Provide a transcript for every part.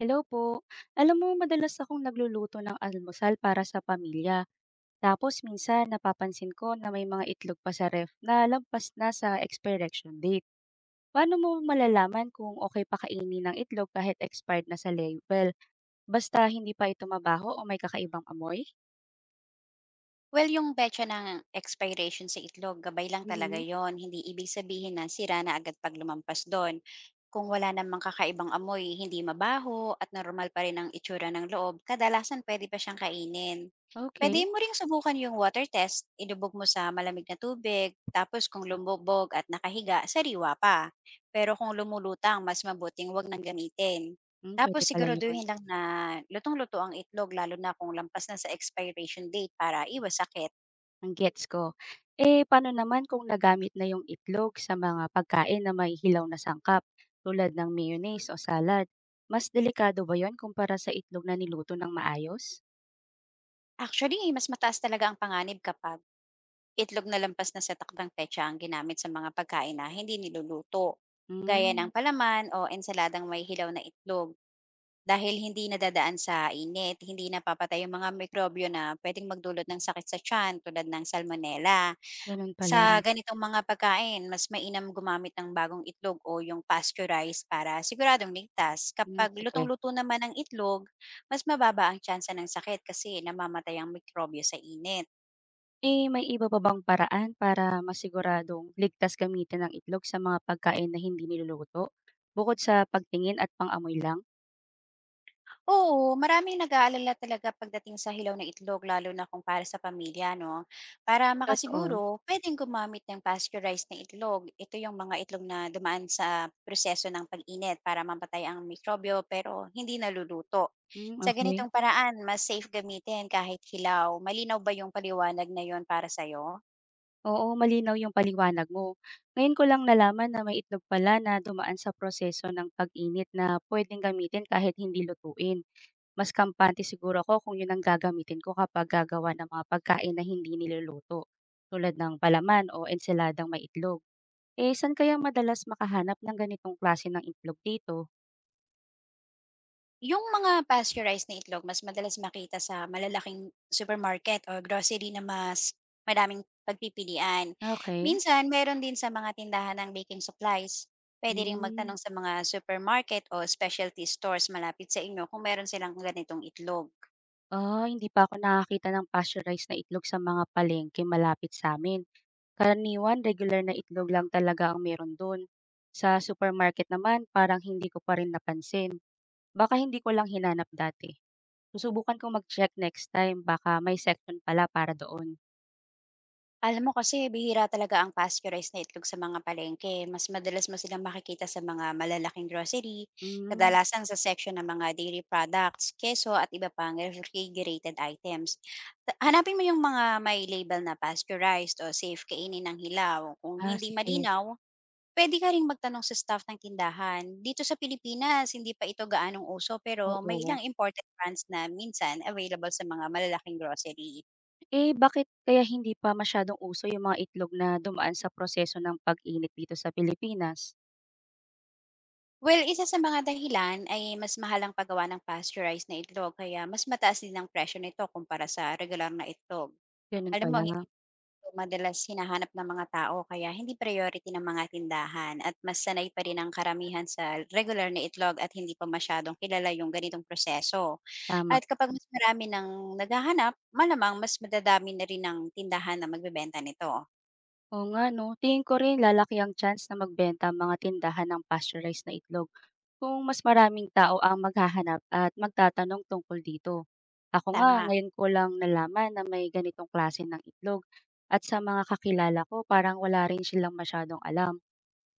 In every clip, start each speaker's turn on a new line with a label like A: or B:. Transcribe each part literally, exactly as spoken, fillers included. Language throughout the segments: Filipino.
A: Hello po. Alam mo, madalas akong nagluluto ng almusal para sa pamilya. Tapos minsan napapansin ko na may mga itlog pa sa ref na lampas na sa expiration date. Paano mo malalaman kung okay pa kainin ng itlog kahit expired na sa label? Basta hindi pa ito mabaho o may kakaibang amoy?
B: Well, yung betya ng expiration sa itlog, gabay lang talaga
A: Mhm.
B: yon. Hindi ibig sabihin na sira na agad pag lumampas doon. Kung wala namang kakaibang amoy, hindi mabaho at normal pa rin ang itsura ng loob, kadalasan pwede pa siyang kainin. Pwede
A: Okay.
B: mo ring subukan yung water test, ilubog mo sa malamig na tubig, tapos kung lumubog at nakahiga, sariwa pa. Pero kung lumulutang, mas mabuting wag nang gamitin.
A: Hmm,
B: Tapos
A: pwede pala yun.
B: siguraduhin lang na lutong-luto ang itlog lalo na kung lampas na sa expiration date para iwas sakit.
A: ang gets ko. Eh, paano naman kung nagamit na yung itlog sa mga pagkain na may hilaw na sangkap tulad ng mayonnaise o salad? Mas delikado ba yun kumpara sa itlog na niluto ng maayos?
B: Actually, mas mataas talaga ang panganib kapag itlog na lampas na sa takdang petsa ang ginamit sa mga pagkain na hindi niluluto, gaya
A: Hmm,
B: ng palaman o ensaladang may hilaw na itlog. Dahil hindi nadadaan sa init, hindi napapatay yung mga mikrobyo na pwedeng magdulot ng sakit sa tiyan tulad ng salmonella.
A: ganun
B: Sa
A: pala.
B: ganitong mga pagkain, mas mainam gumamit ng bagong itlog o yung pasteurized para siguradong ligtas.
A: Hmm,
B: Kapag
A: sige.
B: lutong-luto naman ang itlog, mas mababa ang tsansa ng sakit kasi namamatay ang mikrobyo sa init.
A: Eh, may iba pa bang paraan para masiguradong ligtas gamitin ng itlog sa mga pagkain na hindi niluluto? Bukod sa pagtingin at pang-amoy lang?
B: Oo, maraming nag-aalala talaga pagdating sa hilaw na itlog lalo na kung para sa pamilya, 'no? Para
A: Totoo.
B: makasiguro, puwedeng gumamit ng pasteurized na itlog. Ito yung mga itlog na dumaan sa proseso ng pag-init para mamatay ang mikrobyo pero hindi naluluto.
A: Hmm,
B: Sa
A: okay.
B: ganitong paraan, mas safe gamitin kahit hilaw. Malinaw ba yung paliwanag na yon para sa'yo?
A: Oo, malinaw yung paliwanag mo. Ngayon ko lang nalaman na may itlog pala na dumaan sa proseso ng pag-init na pwedeng gamitin kahit hindi lutuin. Mas kampante siguro ako kung yun ang gagamitin ko kapag gagawa ng mga pagkain na hindi niluluto, tulad ng palaman o ensaladang may itlog. Eh, saan kaya madalas makahanap ng ganitong klase ng itlog dito?
B: Yung mga pasteurized na itlog mas madalas makita sa malalaking supermarket o grocery na mas madaming pagpipilian.
A: Okay.
B: Minsan meron din sa mga tindahan ng baking supplies. Pwede ring
A: Mm.
B: magtanong sa mga supermarket o specialty stores malapit sa inyo kung meron silang ganitong itlog.
A: Ah, hindi pa ako nakakita ng pasteurized na itlog sa mga palengke malapit sa sa'min. Karaniwan, regular na itlog lang talaga ang meron doon. Sa supermarket naman, parang hindi ko pa rin napansin. Baka hindi ko lang hinanap dati. Susubukan kong mag-check next time, baka may section pala para doon.
B: Alam mo kasi bihira talaga ang pasteurized na itlog sa mga palengke. Mas madalas mo silang makikita sa mga malalaking grocery,
A: Hmm,
B: kadalasan sa section ng mga dairy products, keso at iba pang refrigerated items. Ta- Hanapin mo yung mga may label na pasteurized o safe kainin ng hilaw. Kung
A: ah,
B: hindi
A: sige.
B: malinaw, pwede ka ring magtanong sa staff ng tindahan. Dito sa Pilipinas, hindi pa ito gaanong uso pero may
A: Oo.
B: ilang imported brands na minsan available sa mga malalaking grocery.
A: Eh, bakit kaya hindi pa masyadong uso yung mga itlog na dumaan sa proseso ng pag-init dito sa Pilipinas?
B: Well, isa sa mga dahilan ay mas mahal ang paggawa ng pasteurized na itlog kaya mas mataas din ang presyo nito kumpara sa regular na itlog.
A: Ganun
B: Alam mo, hindi
A: pala,
B: ito madalas hinahanap ng mga tao kaya hindi priority ng mga tindahan at mas sanay pa rin ang karamihan sa regular na itlog at hindi pa masyadong kilala yung ganitong proseso.
A: tama.
B: At kapag mas marami ng naghahanap, malamang mas madadami na rin ang tindahan na magbebenta nito.
A: Oo nga 'no, tingin ko rin lalaki ang chance na magbenta ang mga tindahan ng pasteurized na itlog kung mas maraming tao ang maghahanap at magtatanong tungkol dito. Ako nga
B: Tama.
A: ngayon ko lang nalaman na may ganitong klase ng itlog at sa mga kakilala ko parang wala rin silang masyadong alam.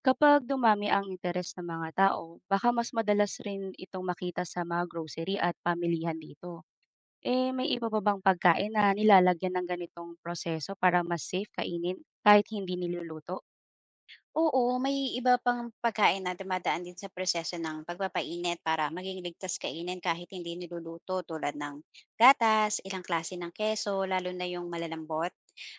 A: Kapag dumami ang interes ng mga tao, baka mas madalas rin itong makita sa mga grocery at pamilihan dito. Eh, may iba pa bang pagkain na nilalagyan ng ganitong proseso para mas safe kainin kahit hindi niluluto?
B: Oo, may iba pang pagkain na dumadaan din sa proseso ng pagpapainit para maging ligtas kainin kahit hindi niluluto tulad ng gatas, ilang klase ng keso, lalo na yung malalambot,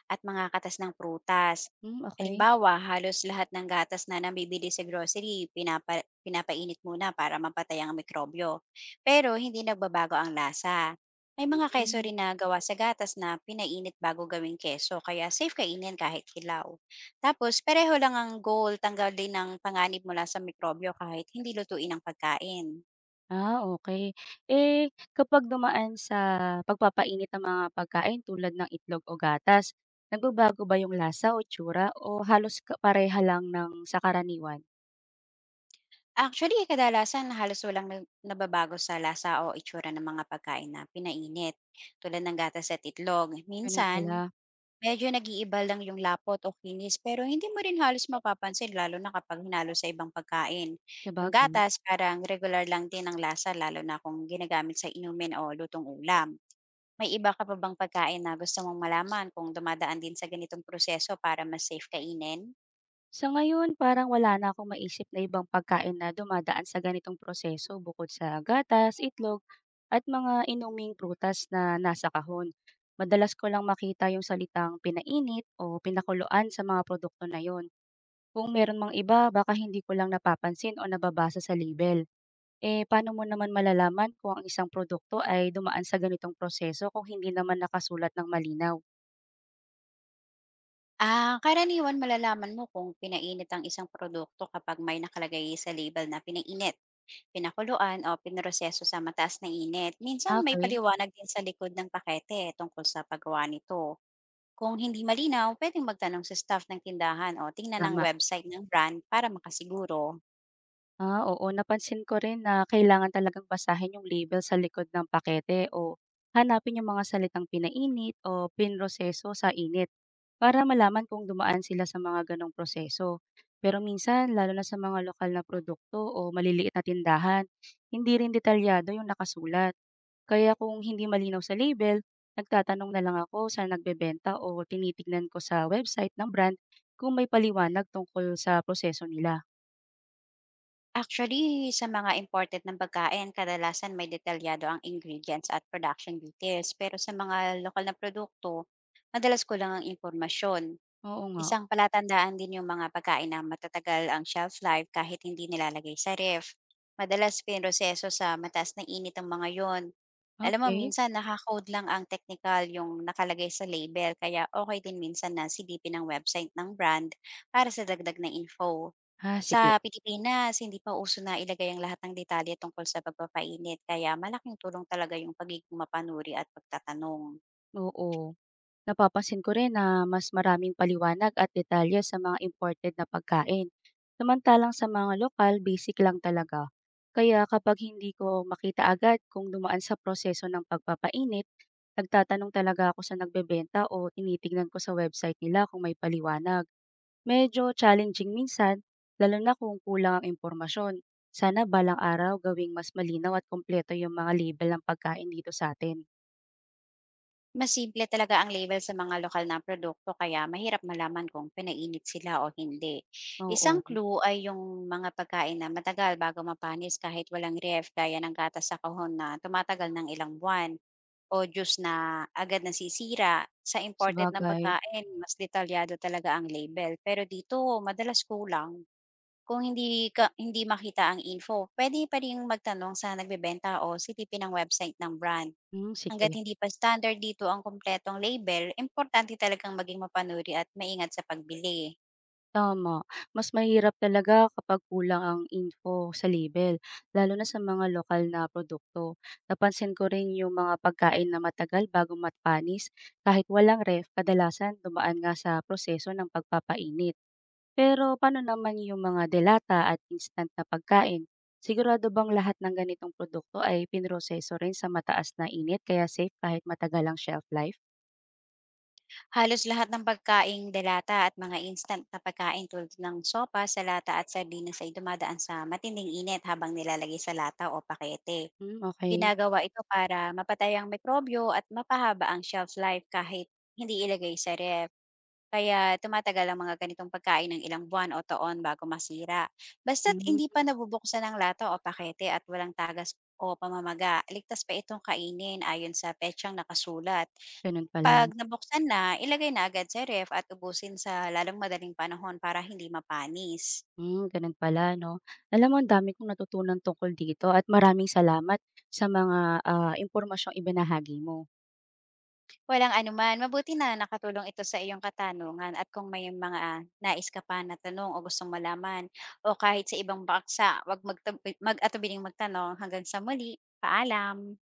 B: at mga katas ng prutas.
A: Hmm, okey.
B: Halimbawa, halos lahat ng gatas na nabibili sa grocery, pinapa, pinapainit muna para mapatay ang mikrobyo. Pero hindi nagbabago ang lasa. May mga keso
A: Hmm.
B: rin na gawa sa gatas na pinainit bago gawing keso, kaya safe kainin kahit hilaw. Tapos pareho lang ang goal, tanggal din ang panganib mula sa mikrobyo kahit hindi lutuin ang pagkain.
A: Ah, okey. Eh, kapag dumaan sa pagpapainit ng mga pagkain tulad ng itlog o gatas, nagbabago ba yung lasa o itsura o halos ka pareha lang ng sa karaniwan?
B: Actually, kadalasan halos walang nag- nababago sa lasa o itsura ng mga pagkain na pinainit, tulad ng gatas at itlog.
A: Ganun
B: Minsan,
A: pala,
B: medyo nag-iiba lang yung lapot o kinis pero hindi mo rin halos mapapansin lalo na kapag hinalo sa ibang pagkain. Yung
A: sabagay.
B: gatas, parang regular lang din ang lasa lalo na kung ginagamit sa inumin o lutong ulam. May iba ka pa bang pagkain na gusto mong malaman kung dumadaan din sa ganitong proseso para mas safe kainin?
A: Sa ngayon parang wala na akong maisip na ibang pagkain na dumadaan sa ganitong proseso bukod sa gatas, itlog at mga inuming prutas na nasa kahon. Madalas ko lang makita yung salitang pinainit o pinakuluan sa mga produkto na yun. Kung meron mang iba, baka hindi ko lang napapansin o nababasa sa label. Eh, paano mo naman malalaman kung ang isang produkto ay dumaan sa ganitong proseso kung hindi naman nakasulat ng malinaw?
B: Ah, karaniwan malalaman mo kung pinainit ang isang produkto kapag may nakalagay sa label na pinainit, pinakuluan o pinroseso sa mataas na init. Minsan
A: Ah,
B: may
A: okay,
B: paliwanag din sa likod ng pakete tungkol sa paggawa nito. Kung hindi malinaw, pwedeng magtanong sa staff ng tindahan o tingnan ang
A: tama.
B: website ng brand para makasiguro.
A: Ah, oo napansin ko rin na kailangan talagang basahin yung label sa likod ng pakete o hanapin yung mga salitang pinainit o pinroseso sa init para malaman kung dumaan sila sa mga ganong proseso. Pero minsan, lalo na sa mga lokal na produkto o maliliit na tindahan, hindi rin detalyado yung nakasulat. Kaya kung hindi malinaw sa label, nagtatanong na lang ako sa nagbebenta o tinitignan ko sa website ng brand kung may paliwanag tungkol sa proseso nila.
B: Actually, sa mga imported ng pagkain, kadalasan may detalyado ang ingredients at production details. Pero sa mga lokal na produkto, madalas kulang ang impormasyon.
A: Oo nga.
B: Isang palatandaan din yung mga pagkain na matatagal ang shelf life kahit hindi nilalagay sa ref. Madalas pinroseso sa mataas na init ang mga yon. Alam mo,
A: Okay.
B: minsan nakakode lang ang technical yung nakalagay sa label, kaya okay din minsan na silipin ang website ng brand para sa dagdag na info.
A: Ah,
B: Sa
A: sige.
B: Pilipinas, hindi pa uso na ilagay ang lahat ng detalye tungkol sa pagpapainit kaya malaking tulong talaga yung pagiging mapanuri at pagtatanong.
A: Oo. Napapansin ko rin na mas maraming paliwanag at detalye sa mga imported na pagkain. Samantalang sa mga lokal, basic lang talaga. Kaya kapag hindi ko makita agad kung dumaan sa proseso ng pagpapainit, nagtatanong talaga ako sa nagbebenta o tinitignan ko sa website nila kung may paliwanag. Medyo challenging minsan, lalo na kung kulang ang impormasyon. Sana balang araw gawing mas malinaw at kompleto yung mga label ng pagkain dito sa atin.
B: Mas simple talaga ang label sa mga lokal na produkto kaya mahirap malaman kung pinainit sila o hindi. Isang
A: Oo.
B: clue ay yung mga pagkain na matagal bago mapanis kahit walang ref gaya ng gatas sa kahon na tumatagal ng ilang buwan o juice na agad nasisira. Sa imported ng
A: Sabagay,
B: pagkain, mas detalyado talaga ang label. Pero dito, madalas kulang. Kung hindi ka hindi makita ang info, pwede pa ring magtanong sa nagbebenta o silipin ang website ng brand.
A: hmm,
B: Hangga't
A: sige,
B: hindi pa standard dito ang kumpletong label, importante talagang maging mapanuri at maingat sa pagbili.
A: tama. Mas mahirap talaga kapag kulang ang info sa label, lalo na sa mga lokal na produkto. Napansin ko rin yung mga pagkain na matagal bago matpanis, kahit walang ref, kadalasan dumaan nga sa proseso ng pagpapainit. Pero paano naman yung mga delata at instant na pagkain? Sigurado bang lahat ng ganitong produkto ay pinroseso rin sa mataas na init kaya safe kahit matagal ang shelf life?
B: Halos lahat ng pagkaing delata at mga instant na pagkain tulad ng sopa, salata at sardinas ay dumadaan sa matinding init habang nilalagay sa lata o pakete.
A: Hmm, okay.
B: Ginagawa ito para mapatay ang mikrobyo at mapahaba ang shelf life kahit hindi ilagay sa ref. Kaya tumatagal ang mga ganitong pagkain ng ilang buwan o taon bago masira. Basta't
A: Mhm,
B: hindi pa nabubuksan ang lata o pakete at walang tagas o pamamaga, ligtas pa itong kainin ayon sa petsang nakasulat.
A: ganun pala.
B: Pag nabuksan na, ilagay na agad sa ref at ubusin sa lalong madaling panahon para hindi mapanis.
A: Hmm, gano'n pala 'no. Alam mo ang dami kong natutunan tungkol dito at maraming salamat sa mga, ah, impormasyong ibinahagi mo.
B: Walang anuman. Mabuti na nakatulong ito sa iyong katanungan at kung may mga ah, nais ka pa na tanong o gustong malaman o kahit sa ibang baksa, wag magtab- mag-atubiling magtanong. Hanggang sa muli. Paalam.